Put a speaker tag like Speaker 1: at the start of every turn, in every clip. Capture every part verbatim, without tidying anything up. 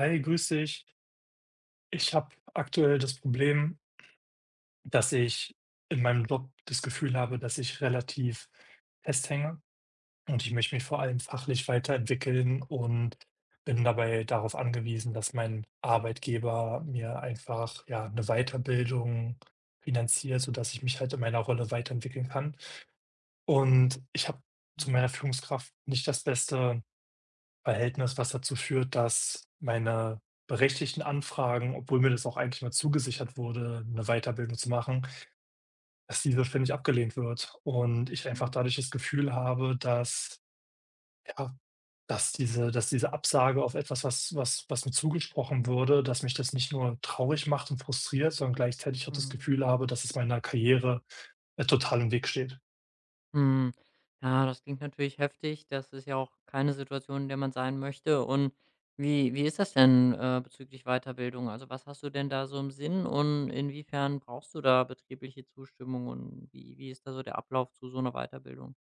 Speaker 1: Hi, grüß dich. Ich habe aktuell das Problem, dass ich in meinem Job das Gefühl habe, dass ich relativ festhänge und ich möchte mich vor allem
Speaker 2: Mhm,
Speaker 1: fachlich weiterentwickeln und bin dabei darauf angewiesen, dass mein Arbeitgeber mir einfach ja eine Weiterbildung finanziert, sodass ich mich halt in meiner Rolle weiterentwickeln kann. Und ich habe zu
Speaker 2: mhm,
Speaker 1: meiner Führungskraft nicht das beste Verhältnis, was dazu führt, dass meine berechtigten Anfragen, obwohl mir das auch eigentlich mal zugesichert wurde, eine Weiterbildung zu machen, dass diese ständig abgelehnt wird und ich einfach
Speaker 2: mhm,
Speaker 1: dadurch das Gefühl habe, dass ja, dass diese dass diese Absage auf etwas, was was was mir zugesprochen würde, dass mich das nicht nur traurig macht und frustriert, sondern gleichzeitig auch das
Speaker 2: mhm,
Speaker 1: Gefühl habe, dass es meiner Karriere äh, total im Weg steht.
Speaker 2: mhm. Ja, das klingt natürlich heftig. Das ist ja auch keine Situation, in der man sein möchte. Und wie wie ist das denn, äh, bezüglich Weiterbildung? Also, was hast du denn da so im Sinn und inwiefern brauchst du da betriebliche Zustimmung und wie wie ist da so der Ablauf zu so einer Weiterbildung?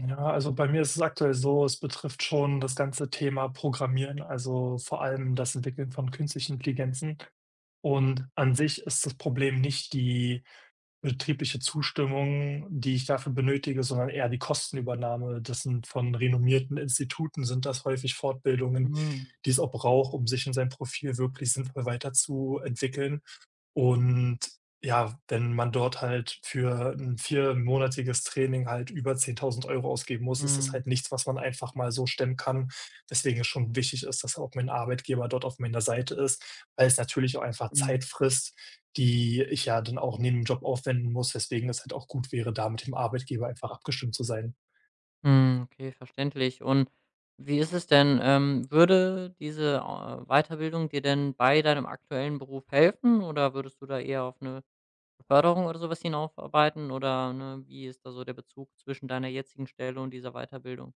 Speaker 1: Ja, also bei mir ist es aktuell so, es betrifft schon das ganze Thema Programmieren, also vor allem das Entwickeln von künstlichen Intelligenzen.
Speaker 2: Mhm,
Speaker 1: Und an sich ist das Problem nicht die betriebliche Zustimmung, die ich dafür benötige, sondern eher die Kostenübernahme. Das sind von
Speaker 2: mhm,
Speaker 1: renommierten Instituten sind das häufig Fortbildungen,
Speaker 2: mhm,
Speaker 1: die es auch braucht, um sich in seinem Profil wirklich sinnvoll weiterzuentwickeln. Und ja, wenn man dort halt für ein viermonatiges Training halt über zehntausend Euro ausgeben muss, ist das
Speaker 2: mhm,
Speaker 1: halt nichts, was man einfach mal so stemmen kann. Deswegen es schon wichtig ist, dass auch mein Arbeitgeber dort auf meiner Seite ist, weil es natürlich auch einfach
Speaker 2: mhm.
Speaker 1: Zeit frisst, die ich ja dann auch neben dem Job aufwenden muss, weswegen es halt auch gut wäre, da mit dem Arbeitgeber einfach abgestimmt zu sein.
Speaker 2: Hm, okay, verständlich. Und wie ist es denn, ähm, würde diese, äh, Weiterbildung dir denn bei deinem aktuellen Beruf helfen oder würdest du da eher auf eine Beförderung oder sowas hinaufarbeiten oder, ne, wie ist da so der Bezug zwischen deiner jetzigen Stelle und dieser Weiterbildung?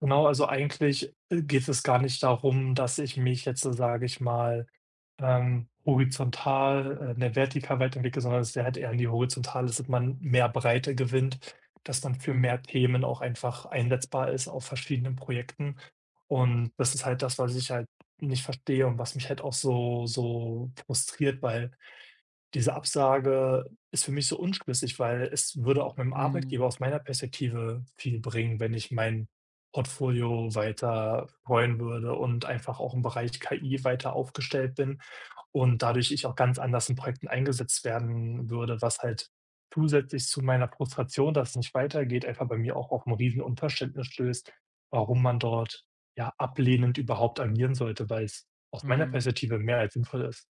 Speaker 1: Genau, also eigentlich äh, geht es gar nicht darum, dass ich mich jetzt, so sage ich mal, Ähm, horizontal, äh, 'ne vertikal weiterentwickelt, sondern dass der halt eher in die Horizontale ist, dass man mehr Breite gewinnt, dass man für
Speaker 2: Mhm,
Speaker 1: mehr Themen auch einfach einsetzbar ist auf verschiedenen Projekten. Und das ist halt das, was ich halt nicht verstehe und was mich halt auch so so frustriert, weil diese Absage ist für mich so unschlüssig, weil es würde auch meinem
Speaker 2: mhm,
Speaker 1: Arbeitgeber aus meiner Perspektive viel bringen, wenn ich mein Portfolio weiter streuen würde und einfach auch im Bereich K I weiter aufgestellt bin und dadurch ich auch ganz anders in Projekten eingesetzt werden würde, was halt zusätzlich zu meiner Frustration, dass es nicht weitergeht, einfach bei mir auch auf ein riesen Unverständnis stößt, warum man dort, ja, ablehnend überhaupt agieren sollte, weil es aus meiner
Speaker 2: mhm.
Speaker 1: Perspektive mehr als sinnvoll ist.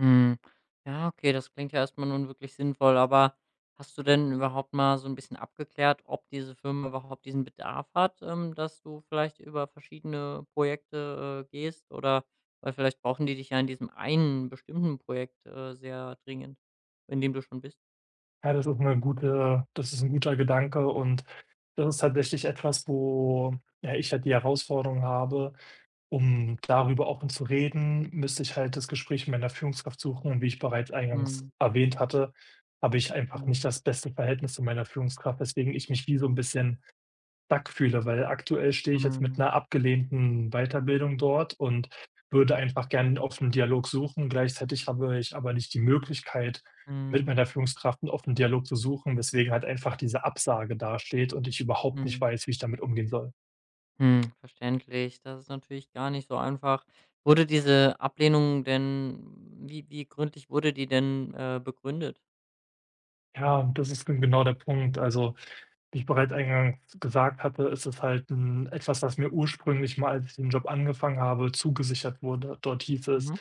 Speaker 2: Hm. Ja, okay, das klingt ja erstmal nun wirklich sinnvoll, aber hast du denn überhaupt mal so ein bisschen abgeklärt, ob diese Firma überhaupt diesen Bedarf hat, ähm, dass du vielleicht über verschiedene Projekte, äh, gehst, oder weil vielleicht brauchen die dich ja in diesem einen bestimmten Projekt, äh, sehr dringend, in dem du schon bist?
Speaker 1: Ja, das ist 'ne gute das ist ein guter Gedanke und das ist tatsächlich etwas, wo, ja, ich halt die Herausforderung habe. Um darüber offen zu reden, müsste ich halt das Gespräch mit meiner Führungskraft suchen und wie ich bereits eingangs
Speaker 2: Mhm.
Speaker 1: erwähnt hatte, habe ich einfach
Speaker 2: Mhm.
Speaker 1: nicht das beste Verhältnis zu meiner Führungskraft, weswegen ich mich wie so ein bisschen stuck fühle, weil aktuell stehe ich jetzt mit
Speaker 2: Mhm.
Speaker 1: einer abgelehnten Weiterbildung dort und würde einfach gerne einen offenen Dialog suchen. Gleichzeitig habe ich aber nicht die Möglichkeit, mit
Speaker 2: Mhm.
Speaker 1: meiner Führungskraft einen offenen Dialog zu suchen, weswegen halt einfach diese Absage dasteht und ich überhaupt nicht
Speaker 2: Mhm.
Speaker 1: weiß, wie ich damit umgehen soll.
Speaker 2: Hm, verständlich. Das ist natürlich gar nicht so einfach. Wurde diese Ablehnung denn wie wie gründlich wurde die denn, äh, begründet?
Speaker 1: Ja, das ist gen genau der Punkt. Also, wie ich bereits eingangs gesagt hatte, ist es halt 'n etwas, was mir ursprünglich mal, als ich den Job angefangen habe, zugesichert wurde. Dort hieß es:
Speaker 2: Mhm.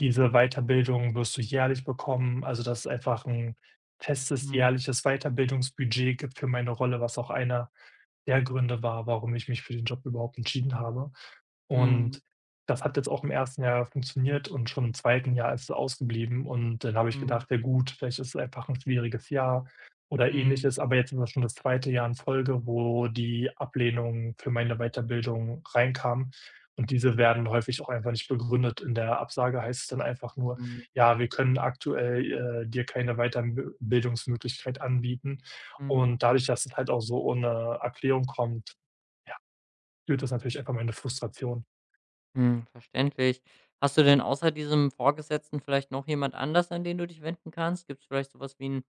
Speaker 1: „Diese Weiterbildung wirst du jährlich bekommen." Also, dass es einfach ein festes
Speaker 2: Mhm.
Speaker 1: jährliches Weiterbildungsbudget gibt für meine Rolle, was auch einer der Gründe war, warum ich mich für den Job überhaupt entschieden habe.
Speaker 2: Mhm.
Speaker 1: Und das hat jetzt auch im ersten Jahr funktioniert und schon im zweiten Jahr ist es ausgeblieben. Und dann habe ich
Speaker 2: Mhm.
Speaker 1: gedacht: „Ja gut, vielleicht ist es einfach ein schwieriges Jahr oder
Speaker 2: Mhm.
Speaker 1: Ähnliches." Aber jetzt ist das schon das zweite Jahr in Folge, wo die Ablehnung für meine Weiterbildung reinkam. Und diese werden häufig auch einfach nicht begründet. In der Absage heißt es dann einfach nur:
Speaker 2: Mhm.
Speaker 1: „Ja, wir können aktuell äh, dir keine Weiterbildungsmöglichkeit anbieten."
Speaker 2: Mhm.
Speaker 1: Und dadurch, dass es halt auch so ohne Erklärung kommt, ja, spürt das natürlich einfach meine Frustration.
Speaker 2: Mhm. Verständlich. Hast du denn außer diesem Vorgesetzten vielleicht noch jemand anders, an den du dich wenden kannst? Gibt es vielleicht so was wie 'n,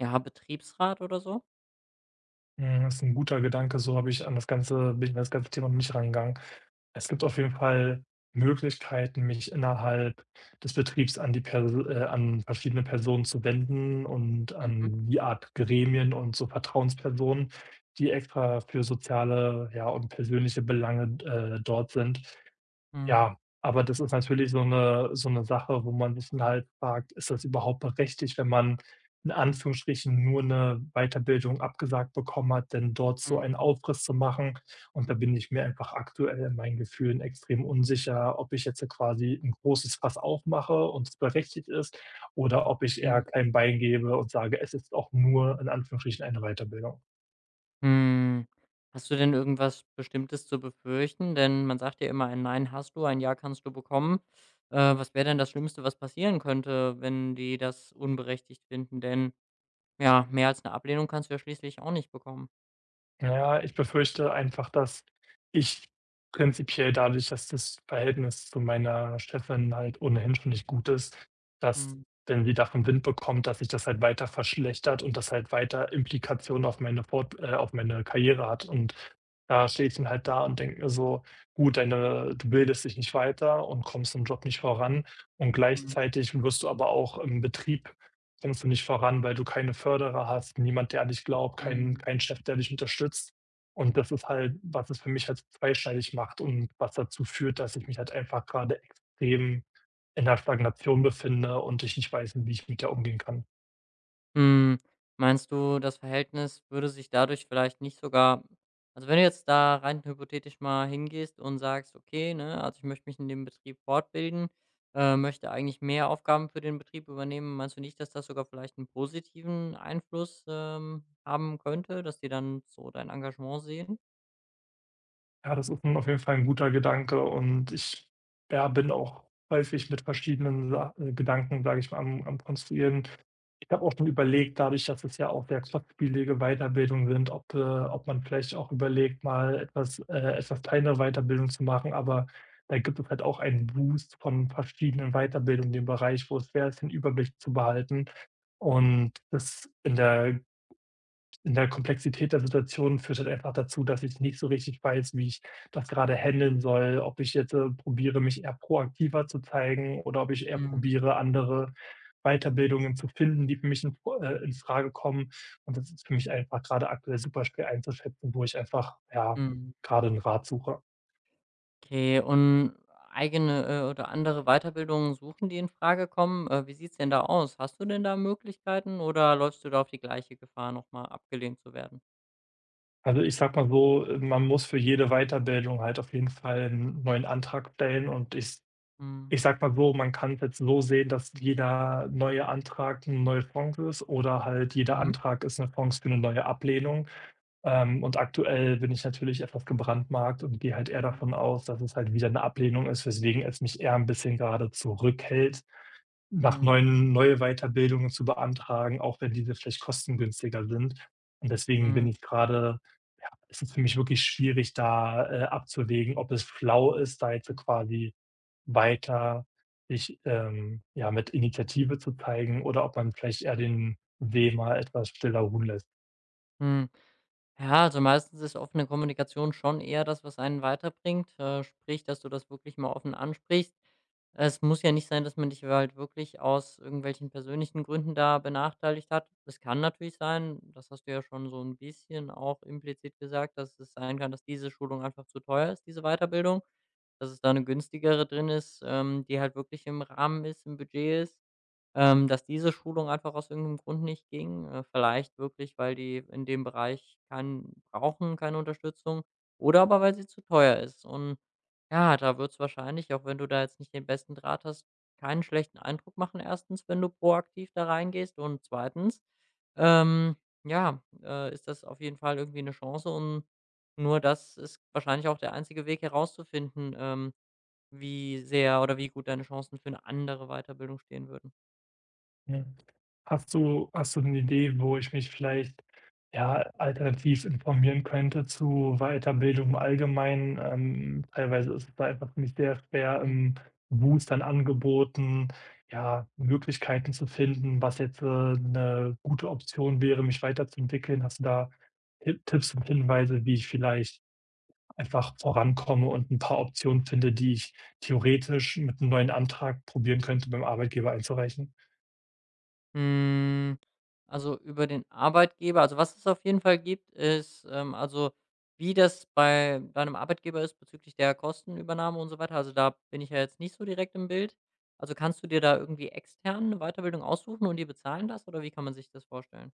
Speaker 2: ja, Betriebsrat oder so?
Speaker 1: Mhm, das ist ein guter Gedanke, so habe ich an das ganze bin ich an das ganze Thema noch nicht rangegangen. Es gibt auf jeden Fall Möglichkeiten, mich innerhalb des Betriebs an die Perso äh, an verschiedene Personen zu wenden und
Speaker 2: Mhm.
Speaker 1: an die Art Gremien und so Vertrauenspersonen, die extra für soziale, ja, und persönliche Belange äh, dort sind.
Speaker 2: Mhm.
Speaker 1: Ja, aber das ist natürlich so eine so eine Sache, wo man sich dann halt fragt: „Ist das überhaupt berechtigt, wenn man in Anführungsstrichen nur eine Weiterbildung abgesagt bekommen hat, denn dort so einen
Speaker 2: Mhm.
Speaker 1: Aufriss zu machen?" Und da bin ich mir einfach aktuell in meinen Gefühlen extrem unsicher, ob ich jetzt quasi ein großes Fass aufmache und es berechtigt ist oder ob ich
Speaker 2: Mhm.
Speaker 1: eher kein Bein gebe und sage: „Es ist auch nur in Anführungsstrichen eine Weiterbildung."
Speaker 2: Mhm. Hast du denn irgendwas Bestimmtes zu befürchten? Denn man sagt ja immer: „Ein Nein hast du, ein Ja kannst du bekommen." Äh, was wäre denn das Schlimmste, was passieren könnte, wenn die das unberechtigt finden? Denn, ja, mehr als eine Ablehnung kannst du ja schließlich auch nicht bekommen.
Speaker 1: Ja, ich befürchte einfach, dass ich prinzipiell dadurch, dass das Verhältnis zu meiner Chefin halt ohnehin schon nicht gut ist, dass,
Speaker 2: Mhm,
Speaker 1: wenn sie davon Wind bekommt, dass sich das halt weiter verschlechtert und das halt weiter Implikationen auf meine Fort äh, auf meine Karriere hat. Und da stehe ich dann halt da und denke mir so: „Gut, deine du bildest dich nicht weiter und kommst im Job nicht voran und
Speaker 2: mhm,
Speaker 1: gleichzeitig wirst du aber auch im Betrieb kommst du nicht voran, weil du keine Förderer hast, niemand, der an dich glaubt, kein
Speaker 2: mhm.
Speaker 1: keinen Chef, der dich unterstützt. Und das ist halt, was es für mich halt zweischneidig macht und was dazu führt, dass ich mich halt einfach gerade extrem in der Stagnation befinde und ich nicht weiß, wie ich mit der umgehen kann.
Speaker 2: Hm, meinst du, das Verhältnis würde sich dadurch vielleicht nicht sogar, also, wenn du jetzt da rein hypothetisch mal hingehst und sagst: „Okay, ne, also, ich möchte mich in dem Betrieb fortbilden, äh, möchte eigentlich mehr Aufgaben für den Betrieb übernehmen." Meinst du nicht, dass das sogar vielleicht einen positiven Einfluss, ähm, haben könnte, dass die dann so dein Engagement sehen?
Speaker 1: Ja, das ist 'n auf jeden Fall ein guter Gedanke und ich, ja, bin auch häufig mit verschiedenen Sa äh, Gedanken, sage ich mal, am am Konstruieren. Ich habe auch schon überlegt, dadurch, dass es ja auch sehr kostspielige Weiterbildungen sind, ob äh, ob man vielleicht auch überlegt, mal etwas äh, etwas kleinere Weiterbildung zu machen, aber da gibt es halt auch einen Boost von verschiedenen Weiterbildungen in dem Bereich, wo es schwer ist, den Überblick zu behalten. Und das in der in der Komplexität der Situation führt halt einfach dazu, dass ich nicht so richtig weiß, wie ich das gerade handeln soll, ob ich jetzt äh, probiere, mich eher proaktiver zu zeigen oder ob ich eher
Speaker 2: Mhm,
Speaker 1: probiere, andere Weiterbildungen zu finden, die für mich in Fr äh, infrage kommen. Und das ist für mich einfach gerade aktuell super schwer einzuschätzen, wo ich einfach, ja,
Speaker 2: mhm.
Speaker 1: gerade einen Rat suche.
Speaker 2: Okay, und eigene, äh, oder andere Weiterbildungen suchen, die in Frage kommen? Äh, wie sieht's denn da aus? Hast du denn da Möglichkeiten oder läufst du da auf die gleiche Gefahr, noch mal abgelehnt zu werden?
Speaker 1: Also, ich sag mal so, man muss für jede Weiterbildung halt auf jeden Fall einen neuen Antrag stellen und ich
Speaker 2: Mhm.
Speaker 1: Ich sag mal so, man kann es jetzt so sehen, dass jeder neue Antrag eine neue Chance ist oder halt jeder
Speaker 2: Mhm.
Speaker 1: Antrag ist eine Chance für eine neue Ablehnung. Ähm, und aktuell bin ich natürlich etwas gebrandmarkt und gehe halt eher
Speaker 2: Mhm.
Speaker 1: davon aus, dass es halt wieder eine Ablehnung ist, weswegen es mich eher ein bisschen gerade zurückhält, nach
Speaker 2: Mhm.
Speaker 1: neuen neue Weiterbildungen zu beantragen, auch wenn diese vielleicht kostengünstiger sind. Und deswegen
Speaker 2: Mhm.
Speaker 1: bin ich gerade, ja, es ist für mich wirklich schwierig, da äh, abzuwägen, ob es schlau ist, da jetzt so quasi weiter sich ähm, ja, mit Initiative zu zeigen oder ob man vielleicht eher
Speaker 2: Mhm.
Speaker 1: den See mal etwas stiller ruhen lässt,
Speaker 2: Mhm. Ja, also meistens ist offene Kommunikation schon eher das, was einen weiterbringt. Äh, sprich, dass du das wirklich mal offen ansprichst. Es muss ja nicht sein, dass man dich halt wirklich aus irgendwelchen persönlichen Gründen da benachteiligt hat. Es kann natürlich sein, das hast du ja schon so ein bisschen auch implizit gesagt, dass es sein kann, dass diese Schulung einfach zu teuer ist, diese Weiterbildung, dass es da eine günstigere drin ist, ähm, die halt wirklich im Rahmen ist, im Budget ist. Ähm, dass diese Schulung einfach aus irgendeinem Grund nicht ging, äh, vielleicht wirklich, weil die in dem Bereich keinen brauchen, keine Unterstützung oder aber weil sie zu teuer ist. Und ja, da wird es wahrscheinlich, auch wenn du da jetzt nicht den besten Draht hast, keinen schlechten Eindruck machen, erstens, wenn du proaktiv da reingehst, und zweitens, ähm, ja, äh, ist das auf jeden Fall irgendwie eine Chance, und nur das ist wahrscheinlich auch der einzige Weg herauszufinden, ähm, wie sehr oder wie gut deine Chancen für eine andere Weiterbildung stehen würden.
Speaker 1: ne? Hast du hast du eine Idee, wo ich mich vielleicht, ja, alternativ informieren könnte zu Weiterbildung im Allgemeinen? Ähm, teilweise ist es da einfach für mich sehr schwer,
Speaker 2: Hm.
Speaker 1: in Boostern-Angeboten, ja, Möglichkeiten zu finden, was jetzt äh, 'ne gute Option wäre, mich weiterzuentwickeln. Hast du da Hi Tipps und Hinweise, wie ich vielleicht einfach vorankomme und ein paar Optionen finde, die ich theoretisch mit einem neuen Antrag probieren könnte, beim Arbeitgeber einzureichen.
Speaker 2: Hm, also, über den Arbeitgeber, also, was es auf jeden Fall gibt, ist, ähm, also, wie das bei deinem Arbeitgeber ist bezüglich der Kostenübernahme und so weiter. Also, da bin ich ja jetzt nicht so direkt im Bild. Also, kannst du dir da irgendwie extern 'ne Weiterbildung aussuchen und die bezahlen das, oder wie kann man sich das vorstellen?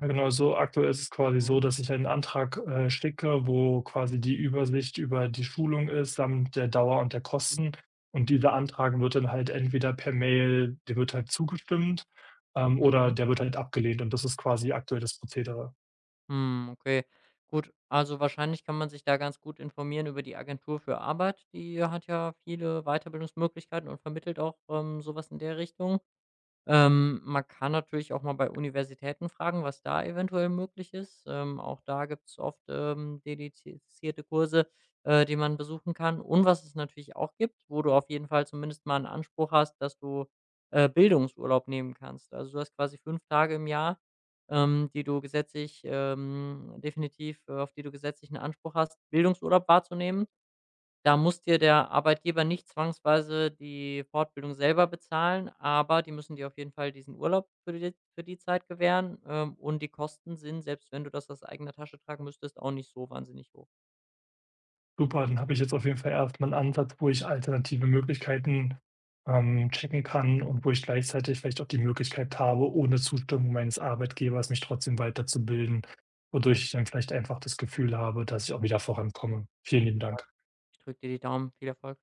Speaker 1: Ja genau, so aktuell ist es quasi
Speaker 2: Ah,
Speaker 1: so,
Speaker 2: mhm,
Speaker 1: dass ich einen Antrag äh, schicke, wo quasi die Übersicht über die Schulung ist samt der Dauer und der Kosten. Und dieser Antrag wird dann halt entweder per Mail, der wird halt zugestimmt, ähm, oder
Speaker 2: mhm.
Speaker 1: der wird halt abgelehnt und das ist quasi aktuell das Prozedere.
Speaker 2: Hm, okay. Gut, also, wahrscheinlich kann man sich da ganz gut informieren über die Agentur für Arbeit. Die hat ja viele Weiterbildungsmöglichkeiten und vermittelt auch, ähm, so in der Richtung. Ähm, man kann natürlich auch mal bei Universitäten fragen, was da eventuell möglich ist. Ähm, auch da gibt es oft, ähm, dedizierte Kurse, äh, die man besuchen kann. Und was es natürlich auch gibt, wo du auf jeden Fall zumindest mal einen Anspruch hast, dass du, äh, Bildungsurlaub nehmen kannst. Also, du hast quasi fünf Tage im Jahr, ähm, die du gesetzlich, ähm definitiv, äh auf die du gesetzlichen Anspruch hast, Bildungsurlaub wahrzunehmen. Da muss dir der Arbeitgeber nicht zwangsweise die Fortbildung selber bezahlen, aber die müssen dir auf jeden Fall diesen Urlaub für die für die Zeit gewähren, ähm, und die Kosten sind, selbst wenn du das aus eigener Tasche tragen müsstest, auch nicht so wahnsinnig hoch.
Speaker 1: Super, dann habe ich jetzt auf jeden Fall erstmal einen Ansatz, wo ich alternative Möglichkeiten ähm, checken kann und wo ich gleichzeitig vielleicht auch die Möglichkeit habe, ohne Zustimmung meines Arbeitgebers mich trotzdem weiterzubilden, wodurch ich dann vielleicht einfach das Gefühl habe, dass ich auch wieder vorankomme. Vielen lieben
Speaker 2: Ja. ich
Speaker 1: Dank.
Speaker 2: Ich drücke dir die Daumen. Viel Erfolg.